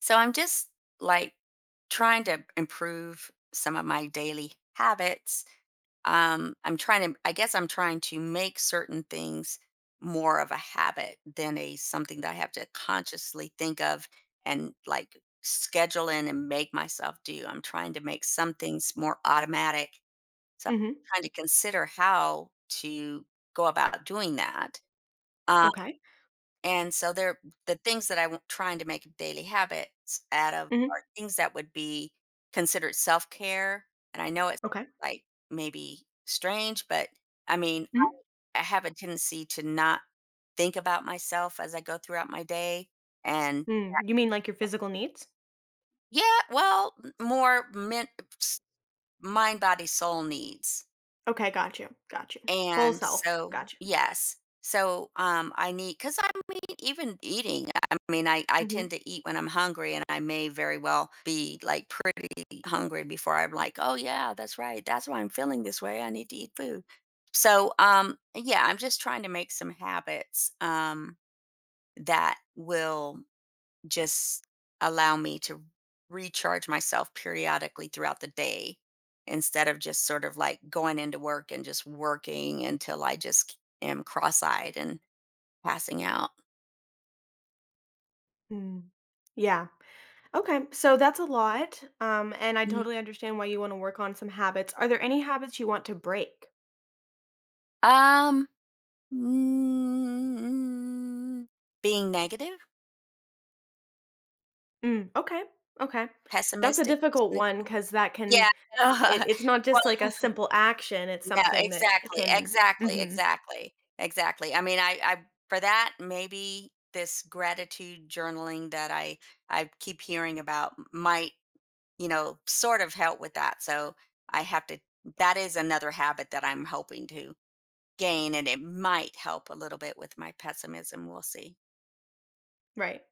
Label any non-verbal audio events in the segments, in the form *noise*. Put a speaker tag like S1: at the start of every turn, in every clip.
S1: So I'm just like trying to improve some of my daily habits. I'm trying to, I guess I'm trying to make certain things more of a habit than a something that I have to consciously think of and like schedule in and make myself do. I'm trying to make some things more automatic. So I'm
S2: Mhm.
S1: trying to consider how to go about doing that. um,
S2: Okay.
S1: and so the things that I'm trying to make daily habits out of are
S2: Mhm.
S1: things that would be considered self-care, and I know it's,
S2: Okay.
S1: like, maybe strange, but, I mean, I
S2: Mhm.
S1: I have a tendency to not think about myself as I go throughout my day, and
S2: Mm. You mean like your physical needs?
S1: yeah, well, m more men mind, body, soul needs.
S2: Okay, got you. Got you. Whole
S1: And
S2: self.
S1: so
S2: Got you.
S1: yes. So, I because I mean, even eating, I mean, I
S2: Mhm.
S1: tend to eat when I'm hungry, and I may very well be, like, pretty hungry before I'm like, "Oh, yeah, that's right. That's why I'm feeling this way. I need to eat food." So, yeah, I'm just trying to make some habits, that will just allow me to recharge myself periodically throughout the day instead of just sort of like going into work and just working until I just am cross-eyed and passing out.
S2: Mm. Yeah. Okay. So that's a lot. And I
S1: Mm.
S2: totally understand why you want to work on some habits. Are there any habits you want to break?
S1: Um, mm, being negative,
S2: Mm. Okay. Okay. That's a
S1: pessimistic,
S2: difficult one
S1: cynical.
S2: because that can
S1: Yeah.
S2: it,
S1: *laughs*
S2: it's not just like a
S1: well,
S2: simple action. It's
S1: No,
S2: something that
S1: exactly,
S2: can.
S1: exactly,
S2: Mhm.
S1: exactly, exactly. I mean, I for that maybe this gratitude journaling that I keep hearing about might you know sort of help with that. So I have to. That is another habit that I'm hoping to gain, and it might help a little bit with my pessimism. We'll see.
S2: Right.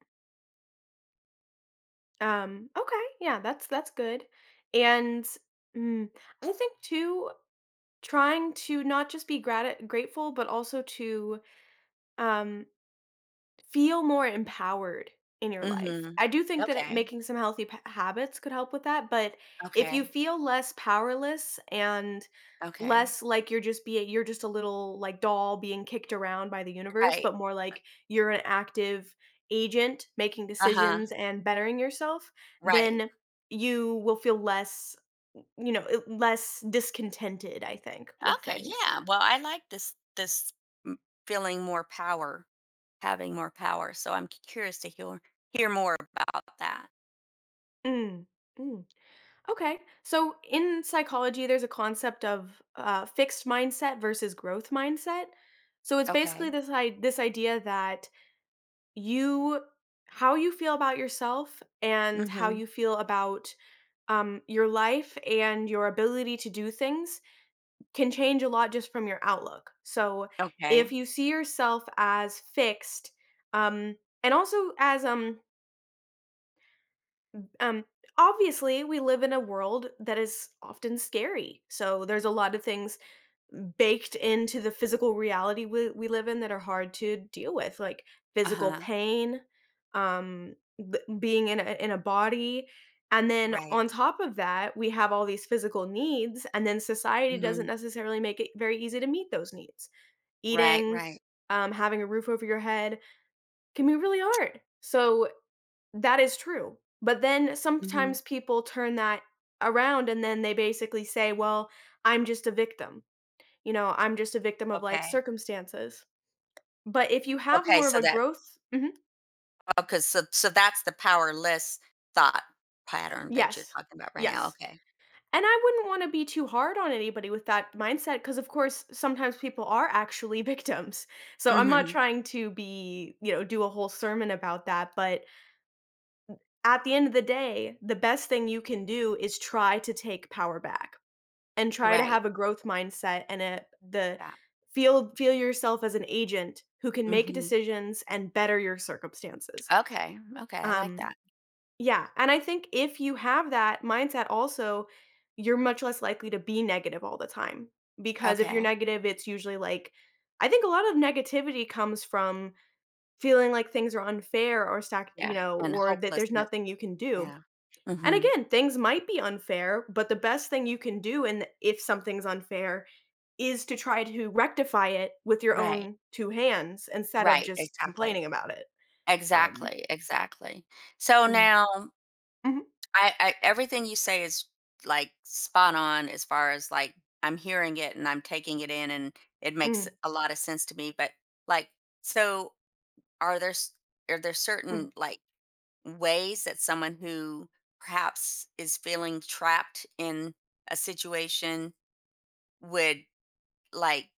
S2: Okay. Yeah, that's good. And mm, I think too. Trying to not just be grati grateful, but also to, um, feel more empowered in your life.
S1: Mm-hmm.
S2: I do think that it
S1: Okay.
S2: making some healthy p habits could help with that, but if you
S1: Okay.
S2: feel less powerless and
S1: Okay.
S2: less like you're just a little, like, doll being kicked around by the universe,
S1: Right.
S2: but more like you're an active agent making
S1: Uh huh.
S2: decisions and bettering yourself,
S1: Right.
S2: then you will feel less, less discontented, I think, with
S1: Okay,
S2: things.
S1: yeah. Well, I like this m- feeling more power, having more power. So I'm curious to hear more about that.
S2: Mm, mm. Okay. So in psychology, there's a concept of fixed mindset versus growth mindset. So it's basically
S1: Okay.
S2: this idea that you how you feel about yourself and how
S1: Mhm.
S2: you feel about your life and your ability to do things can change a lot just from your outlook. So
S1: Okay.
S2: if you see yourself as fixed, um, and also as Um, obviously, we live in a world that is often scary. So there's a lot of things baked into the physical reality we live in that are hard to deal with, like physical
S1: Uh-huh.
S2: pain, um, being in a body. And then
S1: Right.
S2: on top of that, we have all these physical needs, and then society doesn't
S1: Mhm.
S2: necessarily make it very easy to meet those needs.
S1: Right,
S2: Eating,
S1: right.
S2: having a roof over your head can be really hard. So that is true. But then
S1: Mhm.
S2: sometimes people turn that around and then they basically say, well, I'm just a victim. You know, I'm just a victim of life
S1: Okay.
S2: circumstances. But if you have
S1: Okay,
S2: more of
S1: so
S2: a
S1: that
S2: growth. Mhm.
S1: okay, so that's the powerless thought pattern that you're
S2: Yes,
S1: talking about right now.
S2: yes.
S1: Okay.
S2: And I wouldn't want to be too hard on anybody with that mindset because, of course, sometimes people are actually *laughs* victims. So I'm not
S1: Mhm.
S2: trying to be, do a whole sermon about that. But at the end of the day, the best thing you can do is try to take power back, and try to
S1: Right.
S2: have a growth mindset and a the
S1: That.
S2: feel yourself as an agent who can make
S1: Mhm.
S2: decisions and better your circumstances.
S1: Okay. Okay, I like
S2: Um
S1: that.
S2: yeah, and I think if you have that mindset also, you're much less likely to be negative all the time because if you're
S1: Okay.
S2: negative, it's usually like I think a lot of negativity comes from feeling like things are unfair or stacked,
S1: Yeah. And
S2: or that there's
S1: hopelessness.
S2: nothing you can do.
S1: Yeah.
S2: And
S1: Mhm.
S2: again, things might be unfair, but the best thing you can do and if something's unfair is to try to rectify it with your
S1: Right.
S2: own two hands instead of
S1: Right,
S2: just
S1: exactly.
S2: complaining about it. Um
S1: Exactly, exactly. So
S2: Mm.
S1: now
S2: Mhm.
S1: I everything you say is, like, spot on as far as, like, I'm hearing it and I'm taking it in and it makes
S2: Mm,
S1: a lot of sense to me, but, like, so are there s are there
S2: mm,
S1: certain, like, ways that someone who perhaps is feeling trapped in a situation would, like,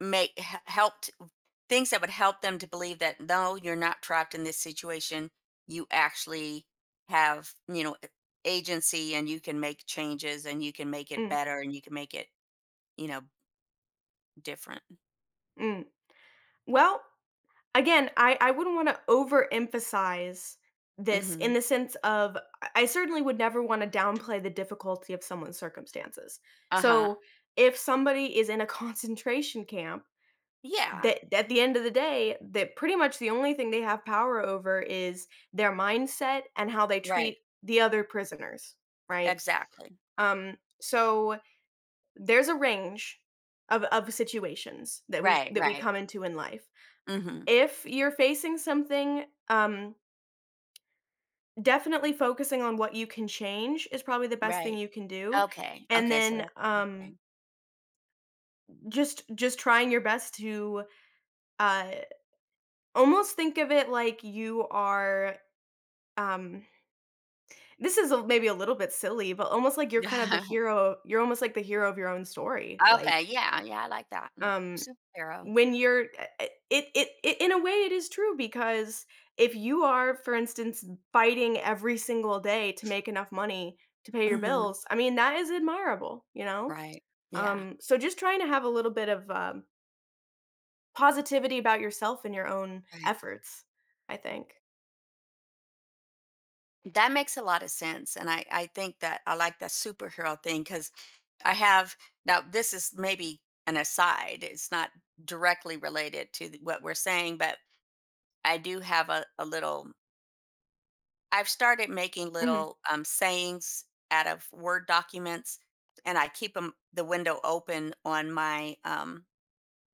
S1: make he help Things that would help them to believe that, "No, you're not trapped in this situation. You actually have, you know, agency and you can make changes and you can make it
S2: mm,
S1: better and you can make it, you know, different."
S2: mm. Well, again, I wouldn't wanna overemphasize this in
S1: Mhm.
S2: the sense of I certainly would never wanna downplay the difficulty of someone's circumstances.
S1: Uh-huh.
S2: So, if somebody is in a *laughs* concentration camp,
S1: Yeah.
S2: that at the end of the day, that pretty much the only thing they have power over is their mindset and how they
S1: Right.
S2: treat the other prisoners, right?
S1: Exactly.
S2: So there's a range of situations that we
S1: Right,
S2: that we
S1: right.
S2: come into in life.
S1: Mhm.
S2: If you're facing something, definitely focusing on what you can change is probably the best thing
S1: Right.
S2: you can do.
S1: Okay.
S2: And
S1: Okay, so
S2: then
S1: that's something.
S2: just trying your best to uh, almost think of it like you are um This is a maybe a little bit silly, but almost like you're kind of the
S1: *laughs*
S2: hero, you're almost like the hero of your own story,
S1: Okay,
S2: like,
S1: yeah, yeah, I like that. Mm.
S2: um,
S1: Superhero.
S2: when you're eh eh it in a way it is true because if you are, for instance, fighting every single day to make enough money to pay your
S1: Mhm.
S2: bills, I mean, that is admirable, you know?
S1: Right. Yeah.
S2: So just trying to have a little bit of, positivity about yourself and your own
S1: Right.
S2: efforts, I think.
S1: That makes a lot of sense, and I think that I like that superhero thing because I have now this is maybe an aside, it's not directly related to what we're saying, but I do have a little I've started making
S2: Mhm,
S1: little sayings out of Word documents and I keep them the window open on my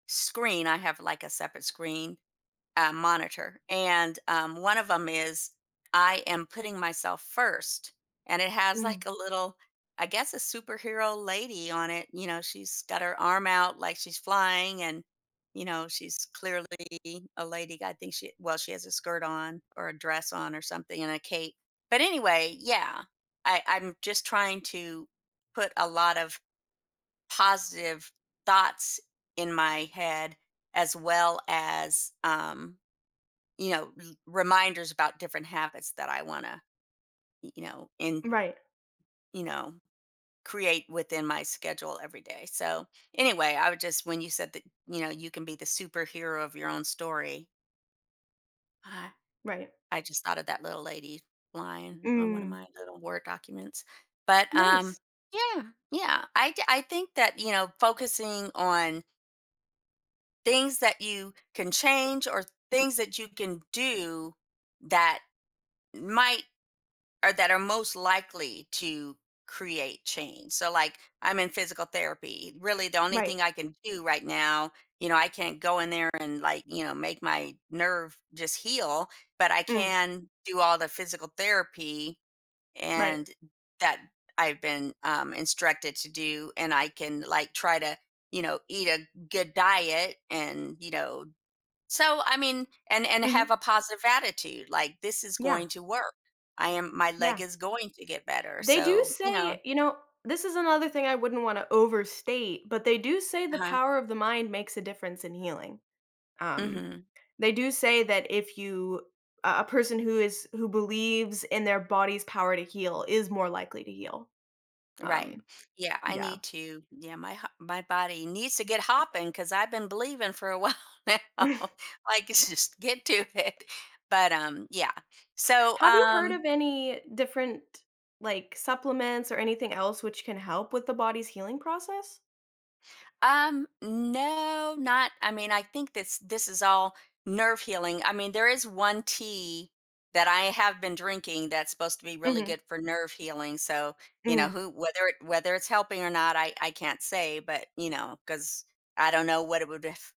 S1: screen. I have like a separate screen monitor. And one of them is I am putting myself first. And it has
S2: mhm.
S1: like a little, I guess, a superhero lady on it. You know, she's got her arm out like she's flying and, you know, she's clearly a lady. I think she, well, she has a skirt on or a dress on or something and a cape. But anyway, yeah, I'm just trying to put a lot of positive thoughts in my head as well as you know, reminders about different habits that I want to, you know,
S2: Right,
S1: you know, create within my schedule every day. So, anyway, I would just, when you said that, you know, you can be the superhero of your own story, I,
S2: right.
S1: I just thought of that little lady line on one of
S2: Mm,
S1: my little Word documents. But,
S2: nice.
S1: yeah, yeah, I think that, you know, focusing on things that you can change or things that you can do that might or that are most likely to create change. So like I'm in physical therapy. Really the only
S2: Right.
S1: thing I can do right now, you know, I can't go in there and like, you know, make my nerve just heal, but I
S2: Mm,
S1: can do all the physical therapy
S2: right.
S1: and that I've been instructed to do and I can like try to, you know, eat a good diet and, you know, so, I mean, and have
S2: Mhm.
S1: a positive attitude, like, "This is
S2: Yeah,
S1: going to work. I am my leg
S2: yeah.
S1: is going to get better."
S2: They do
S1: So, you know
S2: say, this is another thing I wouldn't wanna overstate, but they do say the
S1: huh
S2: power of the mind makes a difference in healing. Um,
S1: Mhm.
S2: they do say that if you a person who believes in their body's power to heal is more likely to heal.
S1: Right.
S2: Um,
S1: Yeah, I
S2: yeah.
S1: need to yeah, my body needs to get hopping because 'cause I've been believing for a while *laughs* now,
S2: *laughs*
S1: *laughs* like, it's just get to it. But, yeah. So,
S2: Have you heard of any different, like, supplements or anything else which can help with the body's healing process?
S1: No, not. I mean, I think this is all nerve healing. I mean, there is one tea that I have been drinking that's supposed to be really
S2: Mhm,
S1: good for nerve healing. So, you know,
S2: mhm,
S1: who whether it whether it's helping or not, I can't say, but you know, cuz I don't know what it would have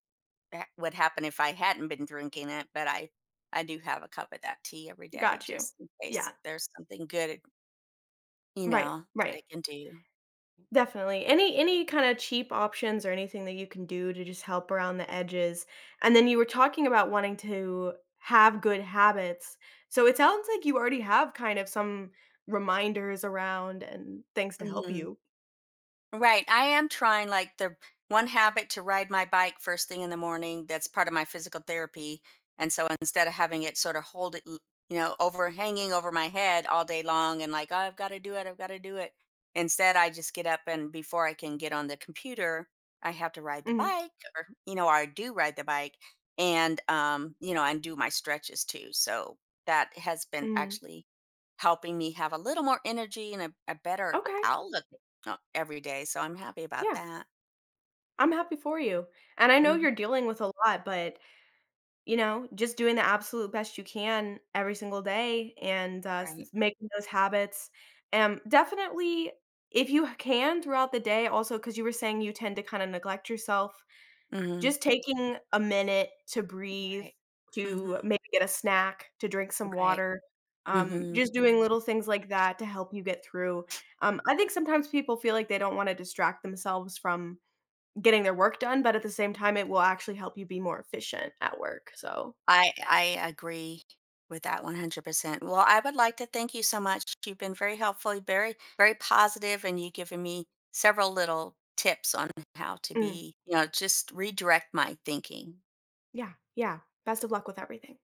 S1: would happen if I hadn't been drinking it, but I do have a cup of that tea every day
S2: got you.
S1: just in case
S2: Yeah,
S1: there's something good, you
S2: right,
S1: know, that
S2: right.
S1: I can do.
S2: Definitely. Any kinda cheap options or anything that you can do to just help around the edges. And then you were talking about wanting to have good habits. So it sounds like you already have kind of some reminders around and things to help
S1: Mm-hmm.
S2: you.
S1: Right. I am trying like the one habit to ride my bike first thing in the morning. That's part of my physical therapy. And so instead of having it sort of hold it, you know, overhanging over my head all day long and like, oh, I've got to do it, I've got to do it. Instead, I just get up and before I can get on the computer, I have to ride the
S2: Mhm,
S1: bike or, you know, or I do ride the bike and, you know, and do my stretches too. So that has been
S2: mhm.
S1: actually helping me have a little more energy and a better
S2: Okay,
S1: outlook not every day, so I'm happy about
S2: yeah,
S1: that.
S2: I'm happy for you. And I know
S1: Mhm.
S2: you're dealing with a lot, but you know, just doing the absolute best you can every single day and, s
S1: Right.
S2: making those habits. Definitely, if you can throughout the day also because you were saying you tend to kinda neglect yourself,
S1: Mhm.
S2: just taking a minute to breathe,
S1: Right. Mhm.
S2: to maybe get a snack, to drink some
S1: Right.
S2: water,
S1: Mhm.
S2: just doing little things like that to help you get through. I think sometimes people feel like they don't wanna distract themselves from getting their work done, but at the same time, it will actually help you be more efficient at work, so
S1: I agree with that 100%. Well, I would like to thank you so much. You've been very helpful, very, very positive, and you've given me several little tips on how to
S2: Mm,
S1: be you know, just redirect my thinking.
S2: yeah, yeah. Best of luck with everything.